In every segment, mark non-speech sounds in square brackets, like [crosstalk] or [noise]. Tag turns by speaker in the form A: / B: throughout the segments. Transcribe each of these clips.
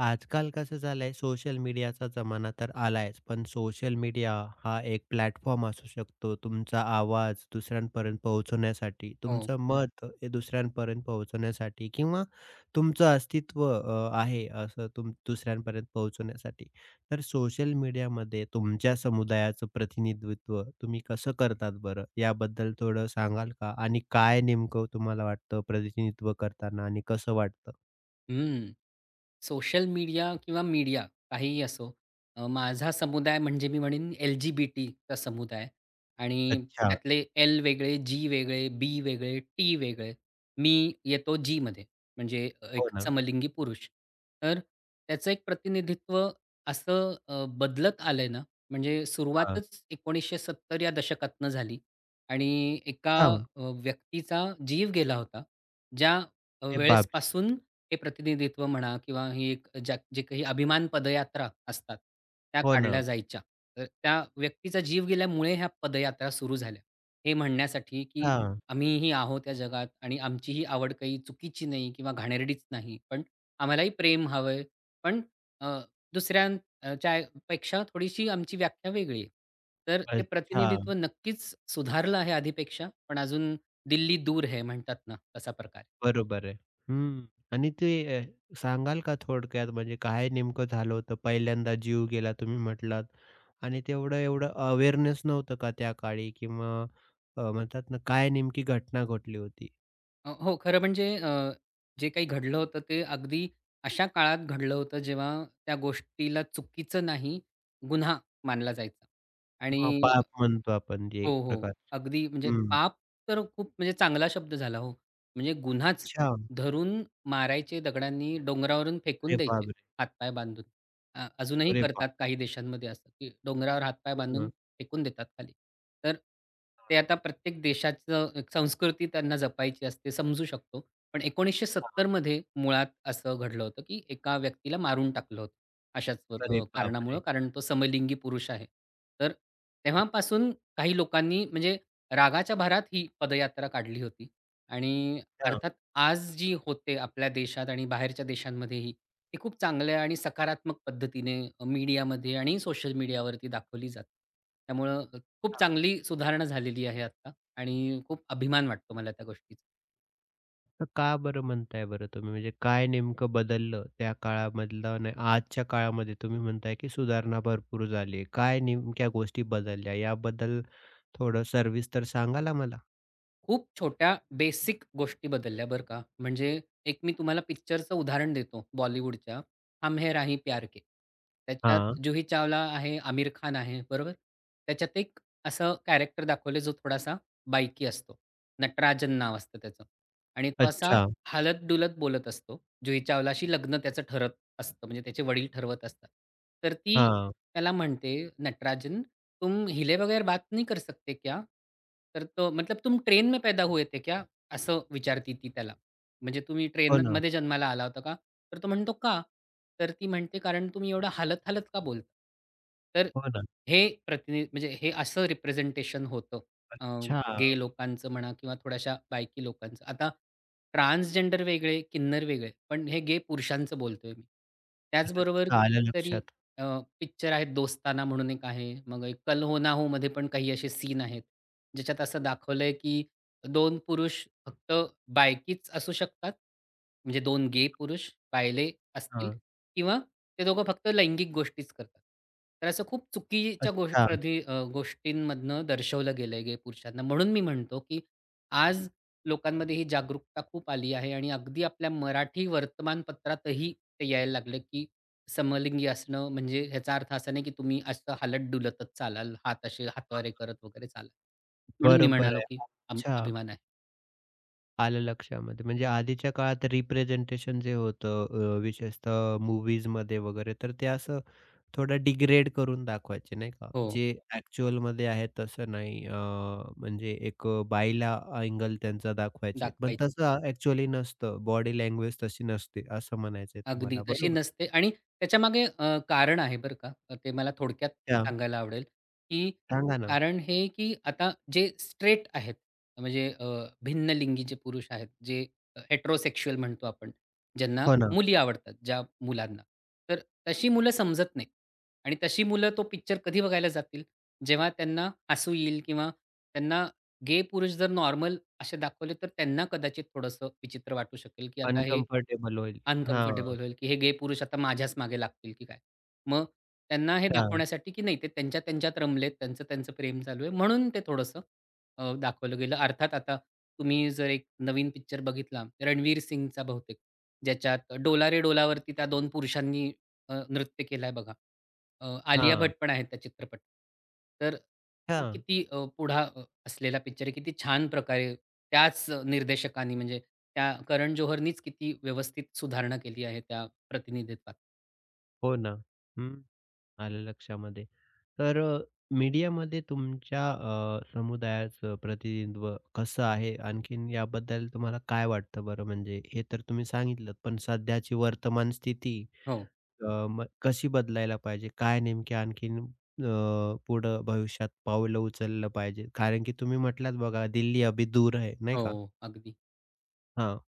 A: आजकाल कसं झालंय सोशल मीडियाचा जमाना तर आलायच, पण सोशल मीडिया हा एक प्लॅटफॉर्म असू शकतो तुमचा आवाज दुसऱ्यांपर्यंत पोहोचवण्यासाठी,
B: हो.
A: तुमचं मत हे दुसऱ्यांपर्यंत पोहोचवण्यासाठी किंवा तुमचं अस्तित्व आहे असं तुम दुसऱ्यांपर्यंत पोहोचवण्यासाठी. तर सोशल मीडियामध्ये तुमच्या समुदायाचं प्रतिनिधित्व तुम्ही कसं करतात बरं? याबद्दल थोडं सांगाल का? आणि काय नेमकं तुम्हाला वाटतं प्रतिनिधित्व करताना आणि कसं वाटतं?
B: हं. सोशल मीडिया किंवा मीडिया काहीही असो, माझा समुदाय म्हणजे मी म्हणेन एल-जी-बी-टीचा समुदाय आणि
A: अच्छा.
B: त्यातले एल वेगळे, जी वेगळे, बी वेगळे, टी वेगळे. मी येतो जीमध्ये म्हणजे
A: हो
B: एक
A: ना.
B: समलिंगी पुरुष. तर त्याचं एक प्रतिनिधित्व असं बदलत आलंय ना, म्हणजे सुरुवातच 1970 या दशकातनं झाली आणि एका
A: अच्छा!
B: व्यक्तीचा जीव गेला होता. ज्या
A: अरे बापरे!
B: वेळेसपासून हे प्रतिनिधित्व म्हणा किंवा ही एक जे काही अभिमान पदयात्रा असतात, त्या
A: हो ना.
B: काढल्या जायच्या. तर त्या व्यक्तीचा जीव गेल्यामुळे ह्या पदयात्रा सुरू झाल्या. हे म्हणण्यासाठी, की
A: हां.
B: आम्हीही आहोत या जगात आणि आमची ही आवड काही चुकीची नाही किंवा घाणेरडीच नाही. पण आम्हालाही प्रेम हवंय. पण अ, दुसऱ्यांच्या पेक्षा थोडीशी आमची व्याख्या वेगळी आहे. तर ते
A: अच्छा.
B: प्रतिनिधित्व नक्कीच सुधारलं आहे आधीपेक्षा, पण अजून दिल्ली दूर है म्हणतात ना, तसा प्रकार.
A: बरोबर आहे. हं. आणि ते सांगाल का थोडक्यात म्हणजे काय नेमकं झालं होतं? पहिल्यांदा जीव गेला तुम्ही म्हटलात आणि तेवढं एवढं अवेअरनेस नव्हतं का त्या काळी किंवा म्हणतात ना काय नेमकी घटना घडली होती?
B: हो, खरं म्हणजे जे काही घडलं होतं ते अगदी अशा काळात घडलं होतं, जेव्हा त्या गोष्टीला चुकीचं नाही, गुन्हा मानला जायचा. आणि
A: किंवा पाप म्हणतो आपण जे
B: हो,
A: एक
B: हो.
A: प्रकार.
B: अगदी म्हणजे
A: हं.
B: पाप तर खूप म्हणजे चांगला शब्द झाला हो. म्हणजे गुन्हाच
A: अच्छा.
B: धरून मारायचे दगडांनी, डोंगरावरून फेकून
A: अरे
B: द्यायचे
A: बापरे!
B: हातपाय बांधून. अजूनही
A: अरे
B: करतात
A: बापरे!
B: काही देशांमध्ये असं, की डोंगरावर हातपाय
A: हो
B: बांधून
A: ना.
B: फेकून देतात खाली. तर
A: हां,
B: ते आता प्रत्येक देशाचं एक संस्कृती त्यांना जपायची असते समजू शकतो. पण
A: हां.
B: 1970 मध्ये मुळात असं घडलं होतं, की एका व्यक्तीला मारून टाकलं होतं अशाच
A: अरे
B: कारणामुळं
A: बापरे!
B: कारण तो समलिंगी पुरुष आहे. तर तेव्हापासून काही लोकांनी म्हणजे रागाच्या भरात ही पदयात्रा काढली होती आणि
A: हां.
B: अर्थात आज जी होते आपल्या देशात आणि बाहेरच्या देशांमध्येही, ती खूप चांगल्या आणि सकारात्मक पद्धतीने मीडियामध्ये आणि सोशल मीडियावरती दाखवली जाते. त्यामुळं खूप चांगली सुधारणा झालेली आहे आत्ता आणि खूप अभिमान वाटतो मला त्या गोष्टीचा.
A: तर का बरं म्हणताय बरं तुम्ही? म्हणजे काय नेमकं बदललं त्या काळामधलं आणि आजच्या काळामध्ये तुम्ही म्हणताय, की सुधारणा भरपूर झाली काय नेमक्या गोष्टी बदलल्या याबद्दल थोडं सविस्तर सांगाल आम्हाला?
B: खूप छोट्या बेसिक गोष्टी बदलल्या बरं का. म्हणजे एक मी तुम्हाला पिक्चरचं उदाहरण देतो बॉलिवूडच्या, हम हे राही प्यार के. त्याच्यात
A: हां.
B: जुही चावला आहे, आमिर खान आहे, बरोबर? त्याच्यात एक असं कॅरेक्टर दाखवलं जो थोडासा बायकी असतो. नटराजन नाव असतं त्याचं आणि तो असा
A: अच्छा.
B: हलत-डुलत बोलत असतो. जुही चावलाशी लग्न त्याचं ठरत असतं म्हणजे त्याचे वडील ठरवत असतात. तर ती
A: हां.
B: त्याला म्हणते नटराजन, "तुम हिले बगैर बात नहीं कर सकते क्या? तर तो मतलब तुम ट्रेन में पैदा हुए थे क्या?" असं विचारती ती त्याला. म्हणजे तुम्ही
A: हो ना,
B: ट्रेनमध्ये जन्माला आला होता का? तर तो म्हणतो, "का?" तर ती म्हणते, "कारण तुम्ही एवढं हालत-हालत का बोलता?" तर
A: हो ना.
B: हे म्हणजे हे असं रिप्रेझेंटेशन होतं
A: अच्छा,
B: गे लोकांचं म्हणा किंवा थोड्याशा बायकी लोकांचं. आता ट्रान्सजेंडर वेगळे, किन्नर वेगळे, पण हे गे पुरुषांचं बोलतोय मी. त्याचबरोबर
A: अच्छा. आलं
B: कितीतरी
A: लक्षात.
B: अ, पिक्चर आहेत, दोस्ताना म्हणून एक आहे. मग एक कल हो ना होमध्ये पण काही असे सीन आहेत, ज्याच्यात असं दाखवलंय की दोन पुरुष फक्त बायकीच असू शकतात. म्हणजे 2 गे पुरुष बायले असतील
A: हां.
B: किंवा ते दोघं फक्त लैंगिक गोष्टीच करतात. तर असं खूप चुकीच्या
A: अच्छा.
B: गोष्टींमधनं दर्शवलं गेलंय गे पुरुषांना. म्हणून मी म्हणतो की आज लोकांमध्ये ही जागरूकता खूप आली आहे आणि अगदी आपल्या मराठी वर्तमानपत्रातही ते यायला लागलं, की समलिंगी असणं म्हणजे ह्याचा अर्थ असा नाही, की तुम्ही असं हालत डुलतच चालाल, हात असे हातवारे करत वगैरे चालाल. म्हणून मी
A: बरोबर
B: म्हणालो,
A: आहे.
B: की
A: अच्छा.
B: अभिमान आहे.
A: आलं लक्षामध्ये. म्हणजे आधीच्या काळात रिप्रेझेंटेशन जे होतं विशेषतः मूव्हीजमध्ये वगैरे तर ते असं थोडा डिग्रेड करून दाखवायचे नाही का?
B: हो,
A: जे ॲक्चुअलमध्ये आहे तसं नाही म्हणजे एक बाईला बायला अँगल त्यांचा दाखवायचे. पण
B: दाखवायची.
A: तसं ॲक्चुअली नसतं. बॉडी लँग्वेज तशी नसते असं म्हणायचंय
B: अगदी,
A: तुम्हाला
B: तशी
A: बरोबर?
B: नसते आणि त्याच्यामागे कारण आहे बरं का. ते मला थोडक्यात
A: हां,
B: सांगायला आवडेल, की
A: सांगा ना.
B: कारण हे की आता जे स्ट्रेट आहेत, म्हणजे भिन्नलिंगी जे पुरुष आहेत, जे हेटेरोसेक्सुअल म्हणतो आपण, ज्यांना
A: हो ना.
B: मुली आवडतात, ज्या मुलांना. तर तशी मुलं समजत नाहीत आणि तशी मुलं तो पिक्चर कधी बघायला जातील, जेव्हा त्यांना हसू येईल किंवा त्यांना गे पुरुष जर नॉर्मल असे दाखवले, तर त्यांना कदाचित थोडंसं विचित्र वाटू शकेल, की आता हे
A: अनकम्फर्टेबल होईल. हां,
B: अनकम्फर्टेबल होईल, की हे गे पुरुष आता माझ्याच मागे लागतील की काय? मग त्यांना हे
A: हां,
B: दाखवण्यासाठी, की नाही ते त्यांच्या त्यांच्यात रमलेत, त्यांचं त्यांचं प्रेम चालू आहे म्हणून ते थोडंसं दाखवलं गेलं. अर्थात आता तुम्ही जर एक नवीन पिक्चर बघितला रणवीर सिंगचा बहुतेक, ज्याच्यात डोला रे डोलावरती त्या 2 पुरुषांनी नृत्य केलंय बघा. आलिया
A: हां,
B: भट पण आहे त्या चित्रपटात. तर तो
A: हां.
B: किती पुढा असलेला पिक्चर आहे. किती छान प्रकारे त्याच निर्देशकानी म्हणजे त्या करण जोहरनीच किती व्यवस्थित सुधारणा केली आहे त्या प्रतिनिधित्वात.
A: हो ना. हं. आलं लक्षामध्ये. तर मीडियामध्ये तुमच्या समुदायाचं प्रतिनिधित्व कसं आहे? आणखीन याबद्दल तुम्हाला काय वाटतं बरं? म्हणजे हे तर तुम्ही सांगितलंत, पण सध्याची वर्तमान स्थिती
B: हो,
A: मग कशी बदलायला पाहिजे? काय नेमकी आणखीन पुढं भविष्यात पाऊलं उचललं पाहिजे? कारण की तुम्ही म्हटलात बघा, दिल्ली अभी दूर है, नाही
B: हो.
A: का?
B: अगदी.
A: हां.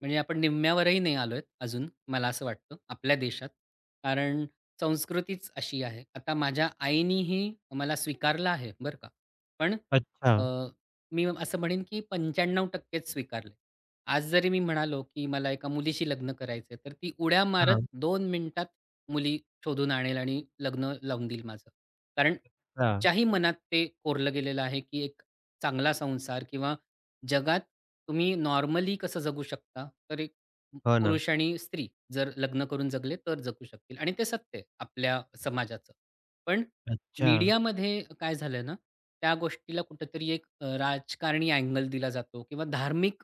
B: म्हणजे आपण निम्म्यावरही नाही आलोय अजून, मला असं वाटतं आपल्या देशात. कारण संस्कृतीच अशी आहे. आता माझ्या आईनीही मला स्वीकारलं आहे बरं का. पण
A: अच्छा.
B: अ, मी असं म्हणेन की 95% च स्वीकारलंय. आज जरी मी म्हणालो की मला एका मुलीशी लग्न करायचंय, तर ती उड्या मारत
A: हां,
B: 2 मिनिटात मुली शोधून आणेल आणि लग्न लावून देईल माझं. कारण
A: अच्छा.
B: तिच्याही मनात ते कोरलं गेलेलं आहे की एक चांगला संसार किंवा जगात तुम्ही नॉर्मली कसं जगू शकता तर एक
A: हो ना.
B: पुरुष आणि स्त्री जर लग्न करून जगले तर जगू शकतील आणि ते सत्य आहे आपल्या समाजाचं. पण
A: अच्छा.
B: मीडियामध्ये काय झालंय ना, त्या गोष्टीला कुठेतरी एक राजकारणी अँगल दिला जातो किंवा धार्मिक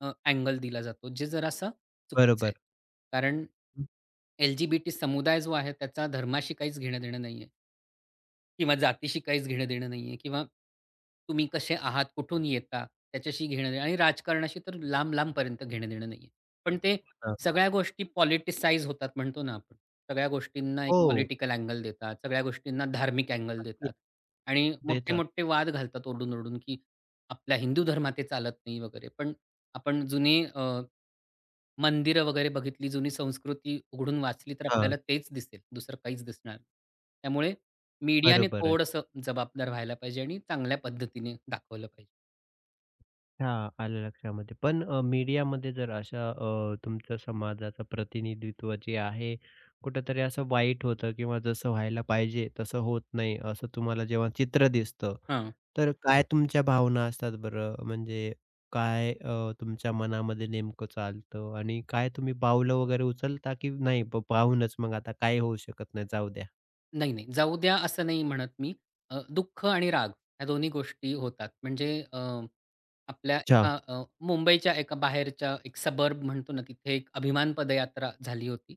B: अँगल दिला जातो, जे जरासा चुकीचं
A: बरोबर.
B: आहे. कारण
A: हं,
B: एल-जी-बी-टी समुदाय जो आहे त्याचा धर्माशी काहीच घेणं-देणं नाहीये. किंवा जातीशी काहीच घेणं देणं नाहीये किंवा तुम्ही कसे आहात, कुठून येता त्याच्याशी घेणं देणं आणि राजकारणाशी तर लांब-लांबपर्यंत घेणं देणं नाहीये. पण ते सगळ्या गोष्टी पॉलिटिसाइज होतात म्हणतो ना आपण. सगळ्या गोष्टींना एक
A: हो,
B: पॉलिटिकल अँगल देतात, सगळ्या गोष्टींना धार्मिक अँगल
A: नक्की
B: देतात आणि
A: देतात.
B: मोठे-मोठे वाद घालतात ओरडून-ओरडून, की आपल्या हिंदू धर्मात हे चालत नाही वगैरे. पण आपण जुने मंदिरं वगैरे बघितली, जुनी संस्कृती उघडून वाचली, तर
A: हां,
B: आपल्याला तेच दिसेल. दुसरं काहीच दिसणार नाही. त्यामुळे मीडियाने
A: बरोबर
B: थोडंसं जबाबदार व्हायला पाहिजे आणि चांगल्या पद्धतीने दाखवलं पाहिजे.
A: हां, आलं लक्षामध्ये. पण मीडियामध्ये जर अशा तुमच्या समाजाचं प्रतिनिधित्व जे आहे, कुठेतरी असं वाईट होतं किंवा जसं व्हायला पाहिजे तसं होत नाही, असं तुम्हाला जेव्हा चित्र दिसतं,
B: हां.
A: तर काय तुमच्या भावना असतात बरं? म्हणजे काय तुमच्या मनामध्ये नेमकं चालतं आणि काय तुम्ही पावलं वगैरे उचलता की नाही प पाहूनच मग आता काही होऊ शकत नाही, जाऊ द्या?
B: नाही, नाही. जाऊ द्या असं नाही म्हणत मी. दुःख आणि राग ह्या दोन्ही गोष्टी होतात. म्हणजे आपल्या
A: अच्छा,
B: एका मुंबईच्या एका बाहेरच्या एक सबर्ब म्हणतो ना, तिथे एक अभिमान पदयात्रा झाली होती.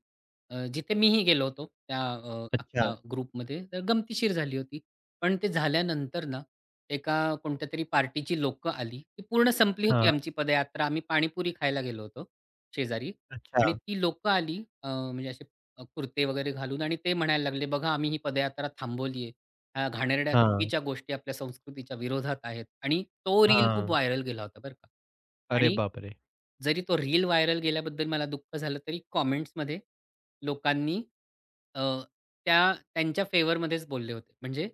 B: जिथे मीही गेलो होतो त्या
A: अच्छा.
B: अख्ख्या ग्रुपमध्ये. तर गमतीशीर झाली होती. पण ते झाल्यानंतर ना, एका कोणत्या तरी पार्टीची लोकं आली. ती पूर्ण संपली होती
A: हां,
B: आमची पदयात्रा. आम्ही पाणीपुरी खायला गेलो होतो शेजारी आणि
A: अच्छा.
B: ती लोकं आली म्हणजे असे कुर्ते वगैरे घालून आणि ते म्हणायला लागले, "बघा आम्ही ही पदयात्रा थांबवली ह्या घाणेरड्या
A: हां,
B: चुकीच्या गोष्टी आपल्या संस्कृतीच्या विरोधात आहेत." आणि तो रील खूप
A: हां.
B: व्हायरल गेला होता बरं का.
A: अरे
B: आणि
A: बापरे!
B: जरी तो रील व्हायरल गेल्याबद्दल मला दुःख झालं तरी कॉमेंट्समध्ये लोकांनी अ, त्यांच्या फेवरमध्येच बोलले होते. म्हणजे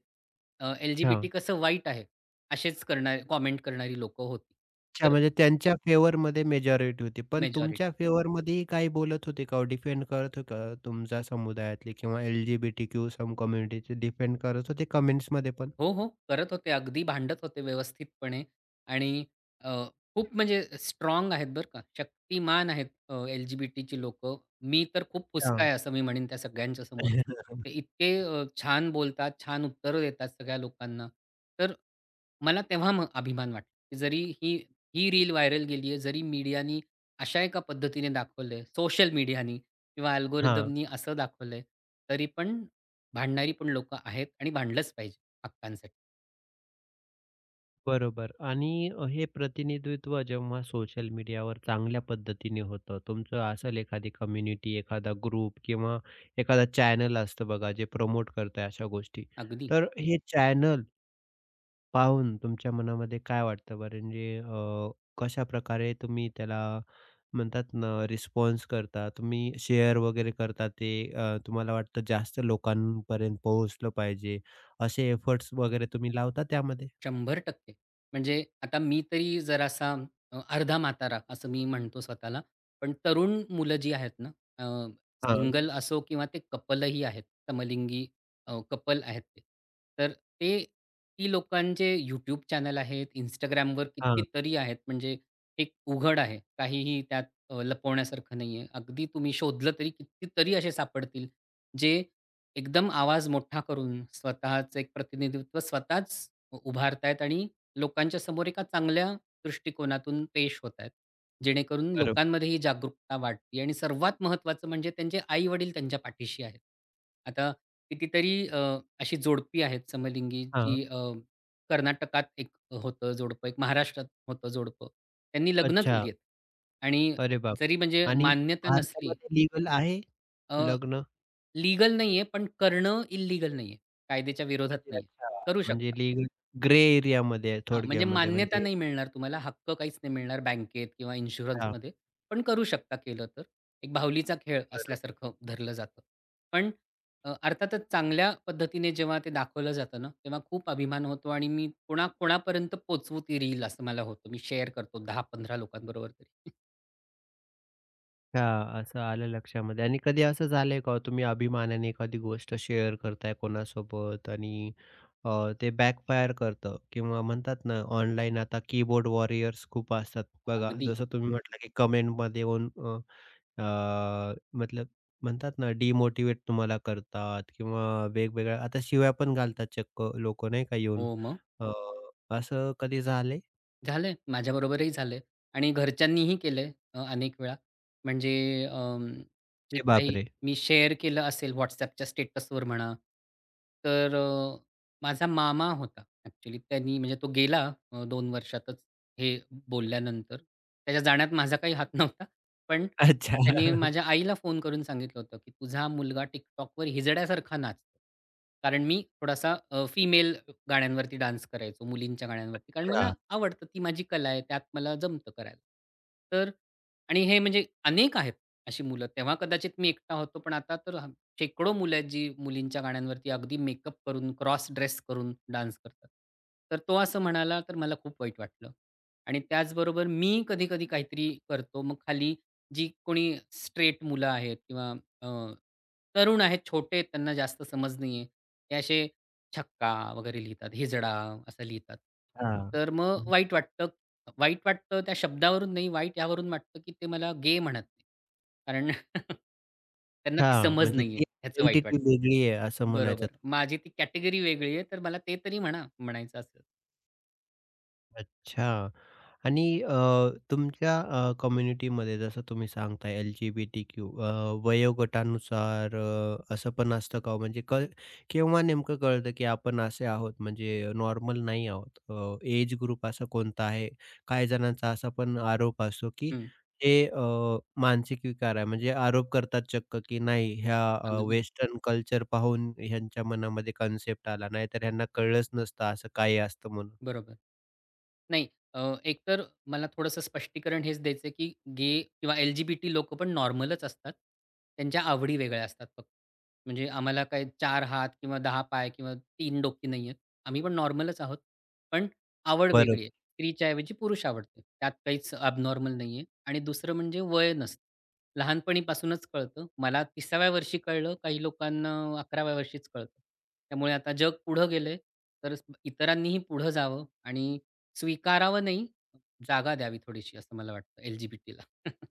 A: अच्छा.
B: एल-जी-बी-टी कसं वाईट आहे, असेच करणारे कॉमेंट करणारी लोकं होती.
A: अच्छा,
B: तर
A: म्हणजे त्यांच्या फेवरमध्ये मेजॉरिटी होती. पण
B: मेजॉरिटी.
A: तुमच्या फेवरमध्येही काही बोलत होते का हो? डिफेंड करत होते का तुमच्या समुदायातले किंवा LGBTQ सम कम्युनिटीचे डिफेंड करत होते कमेंट्समध्ये पण?
B: हो, हो. करत होते. अगदी भांडत होते व्यवस्थितपणे आणि अ, खूप म्हणजे स्ट्रॉंग आहेत बरं का. शक्तिमान आहेत एल-जी-बी-टीची लोकं. मी तर खूप
A: अच्छा.
B: फुसका आहे असं मी म्हणेन त्या सगळ्यांच्या समोर. ते
A: [laughs]
B: इतके छान बोलतात, छान उत्तरं देतात सगळ्या लोकांना. तर मला तेव्हा मग अभिमान वाटला, की जरी ही ही रील व्हायरल गेली आहे, जरी मीडियानी अशा एका पद्धतीने दाखवलंय, सोशल मीडियानी किंवा
A: हां,
B: अल्गोरिदमनी असं दाखवलंय, तरी पण भांडणारी पण लोकं आहेत आणि भांडलंच पाहिजे. हक्कांसाठी.
A: बरोबर आणि हे प्रतिनिधित्व जेव्हा सोशल मीडियावर चांगल्या पद्धतीने होतं, तुमचं असेल एखादी कम्युनिटी, एखादा ग्रुप किंवा एखादा चॅनल असतं बघा, जे प्रमोट करतंय अशा गोष्टी.
B: अगदी.
A: तर हे चॅनल पाहून तुमच्या मनामध्ये काय वाटतं बरं? म्हणजे कशाप्रकारे तुम्ही त्याला म्हणतात ना रिस्पॉन्स करता? तुम्ही शेअर वगैरे करता ते तुम्हाला वाटतं जास्त लोकांपर्यंत पोहोचलं पाहिजे, असे एफर्ट्स वगैरे तुम्ही लावता त्यामध्ये?
B: 100% म्हणजे आता मी तरी जरासा अर्धा म्हातारा असं मी म्हणतो स्वतःला. पण तरुण मुलं जी आहेत ना,
A: हां,
B: सिंगल असो किंवा ते कपलही आहेत, समलिंगी कपल आहेत ते. तर ते ती लोकांचे यूट्यूब चॅनल आहेत, Instagramवर
A: हां.
B: कितीतरी आहेत. म्हणजे एक उघड आहे. काहीही त्यात लपवण्यासारखं नाहीये. अगदी तुम्ही शोधलं तरी कितीतरी असे सापडतील, जे एकदम आवाज मोठा करून स्वतःचं एक प्रतिनिधित्व स्वतःच उभारतायत आणि लोकांच्या समोर एका चांगल्या दृष्टिकोनातून पेश होतायत. जेणेकरून
A: बरोबर.
B: लोकांमध्ये ही जागरूकता वाढते आणि सर्वात महत्त्वाचं म्हणजे त्यांचे आई-वडील त्यांच्या पाठीशी आहेत. आता कितीतरी अशी जोडपी आहेत समलिंगी
A: हां.
B: जी कर्नाटकात एक होतं जोडपं, एक महाराष्ट्रात होतं जोडपं. त्यांनी लग्न
A: अच्छा.
B: केली आहेत आणि
A: अरे
B: जरी म्हणजे
A: बापरे! आणि
B: मान्यता नसली
A: भारतामध्ये लीगल आहे
B: अ,
A: लग्न?
B: लीगल नाहीये पण करणं इल्लीगल नाहीये. कायद्याच्या विरोधात
A: म्हणजे
B: नाहीये.
A: अच्छा,
B: करू
A: म्हणजे
B: शकता.
A: लीगल ग्रे एरियामध्ये आहे
B: हां, म्हणजे
A: थोडक्यामध्ये
B: मान्यता
A: म्हणजे
B: नाही मिळणार तुम्हाला, हक्क काहीच नाही मिळणार बँकेत किंवा
A: अच्छा.
B: इन्शुरन्समध्ये. पण करू शकता केलं तर. एक बाहुलीचा खेळ
A: बरोबर.
B: असल्यासारखं धरलं जातं. पण अर्थातच चांगल्या पद्धतीने जेव्हा ते दाखवलं जातं ना, तेव्हा खूप अभिमान होतो आणि मी कोणा कोणापर्यंत पोहोचवू ती रील असं मला होतं. मी शेअर करतो 10-15 लोकांबरोबर तरी. [laughs]
A: हां, असं आलं लक्षामध्ये आणि कधी असं झालंय का हो, तुम्ही अभिमानाने एखादी गोष्ट शेअर करताय कोणासोबत आणि ते बॅकफायर करतं किंवा म्हणतात ना, ऑनलाईन आता कीबोर्ड वॉरियर्स खूप असतात बघा.
B: अगदी.
A: जसं तुम्ही म्हटलं की कमेंटमध्ये येऊन अ, अ, मतलब म्हणतात ना, डिमोटिवेट तुम्हाला करतात किंवा वेगवेगळ्या आता शिव्या पण घालतात चक्क लोकं नाही का येऊन.
B: हो, मग.
A: अ, असं कधी झालंय?
B: झालंय. माझ्याबरोबरही झालंय आणि घरच्यांनीही केलंय अनेक वेळा. म्हणजे अं, जे
A: अरे
B: काही
A: बापरे!
B: मी शेअर केलं असेल WhatsAppच्या स्टेटसवर म्हणा, तर माझा मामा होता ॲक्चुअली त्यांनी म्हणजे तो गेला 2 वर्षातच हे बोलल्यानंतर. त्याच्या जाण्यात माझा काही हात नव्हता. पण
A: अच्छा.
B: त्याने
A: [laughs]
B: माझ्या आईला फोन करून सांगितलं होतं, की "तुझा मुलगा TikTokवर हिजड्यासारखा नाचतो." कारण मी थोडासा फिमेल गाण्यांवरती डान्स करायचो, मुलींच्या गाण्यांवरती. कारण
A: अच्छा.
B: मला आवडतं, ती माझी कला आहे, त्यात मला जमतं करायला. तर आणि हे म्हणजे अनेक आहेत अशी मुलं. तेव्हा कदाचित मी एकटा होतो, पण आता तर शेकडो मुलं आहेत, जी मुलींच्या गाण्यांवरती अगदी मेकअप करून, क्रॉस ड्रेस करून डान्स करतात. तर तो असं म्हणाला, तर मला खूप वाईट वाटलं. आणि त्याचबरोबर मी कधी-कधी काहीतरी करतो. मग खाली जी कोणी स्ट्रेट मुलं आहेत किंवा अ, तरुण आहेत, छोटे आहेत, त्यांना जास्त समज नाहीये. ते असे छक्का वगैरे लिहितात, हिजडा असं लिहितात.
A: हां.
B: तर मग वाईट वाटतं. वाईट वाटतं त्या शब्दावरून नाही, वाईट यावरून वाटतं, की ते मला गे म्हणत नाही. कारण [laughs] त्यांना ती
A: अच्छा,
B: समज
A: म्हणजे
B: नाहीये
A: ती
B: ह्याचं वाईट
A: आयडेंटिटी
B: वाटतं.
A: वेगळी आहे असं
B: बरोबर.
A: म्हणायचं.
B: माझी ती कॅटेगरी वेगळी आहे, तर मला ते तरी म्हणा म्हणायचं असेल.
A: अच्छा. आणि तुमच्या कम्युनिटीमध्ये जसं तुम्ही सांगताय LGBTQ वयोगटानुसार असं पण असतं का हो? म्हणजे क केव्हा नेमकं कळतं की आपण असे आहोत म्हणजे नॉर्मल नाही आहोत? एज ग्रुप असा कोणता आहे? काही जणांचा असा पण आरोप असतो की
B: हं.
A: हे मानसिक विकार आहे. म्हणजे आरोप करतात चक्क की नाही ह्या
B: अगदी.
A: वेस्टर्न कल्चर पाहून ह्यांच्या मनामध्ये कन्सेप्ट आला. नाहीतर ह्यांना कळलंच नसतं असं काही असतं म्हणून.
B: बरोबर. नाही अ, एकतर मला थोडंसं स्पष्टीकरण हेच द्यायचं आहे, की गे किंवा एल-जी-बी-टी लोकं पण नॉर्मलच असतात. त्यांच्या आवडी वेगळ्या असतात फक्त. म्हणजे आम्हाला काय चार हात किंवा दहा पाय किंवा तीन डोकी नाही आहेत. आम्ही पण नॉर्मलच आहोत. पण आवड वेगळी आहे. स्त्रीच्या ऐवजी पुरुष आवडते. त्यात काहीच ॲबनॉर्मल नाही आहे. आणि दुसरं म्हणजे वय नसतं. लहानपणीपासूनच कळतं. मला 30व्या वर्षी कळलं. काही लोकांना 11व्या वर्षीच कळतं. त्यामुळे आता जग पुढं गेलंय. तर इतरांनीही पुढं जावं आणि स्वीकारावं नाही, जागा द्यावी थोडीशी असं मला वाटतं एल-जी-बी-टीला. [laughs]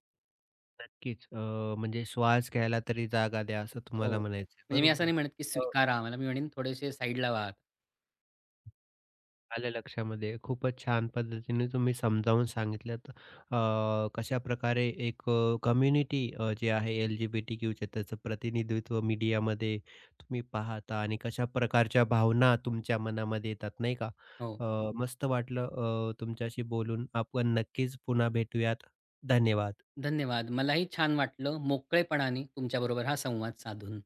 A: नक्कीच. म्हणजे श्वास घ्यायला तरी जागा द्या, असं
B: हो.
A: तुम्हाला म्हणायचं
B: म्हणजे मी असं
A: बरोबर.
B: नाही म्हणत की
A: अ,
B: स्वीकारा आम्हाला. मी म्हणेन थोडेसे साईडला व्हा.
A: आलं लक्षामध्ये. खूपच छान पद्धतीने तुम्ही समजावून सांगितलत. कशा कशाप्रकारे एक कम्युनिटी जे आहे LGBTQचे त्याचं प्रतिनिधित्व मीडियामध्ये तुम्ही पाहता आणि कशा प्रकारच्या भावना तुमच्या मनामध्ये येतात, नाही का?
B: हो.
A: मस्त वाटलं तुमच्याशी बोलून. आपण नक्कीच पुन्हा भेटूयात. धन्यवाद.
B: धन्यवाद. मलाही छान वाटलं मोकळेपणाने तुमच्याबरोबर हा संवाद साधून.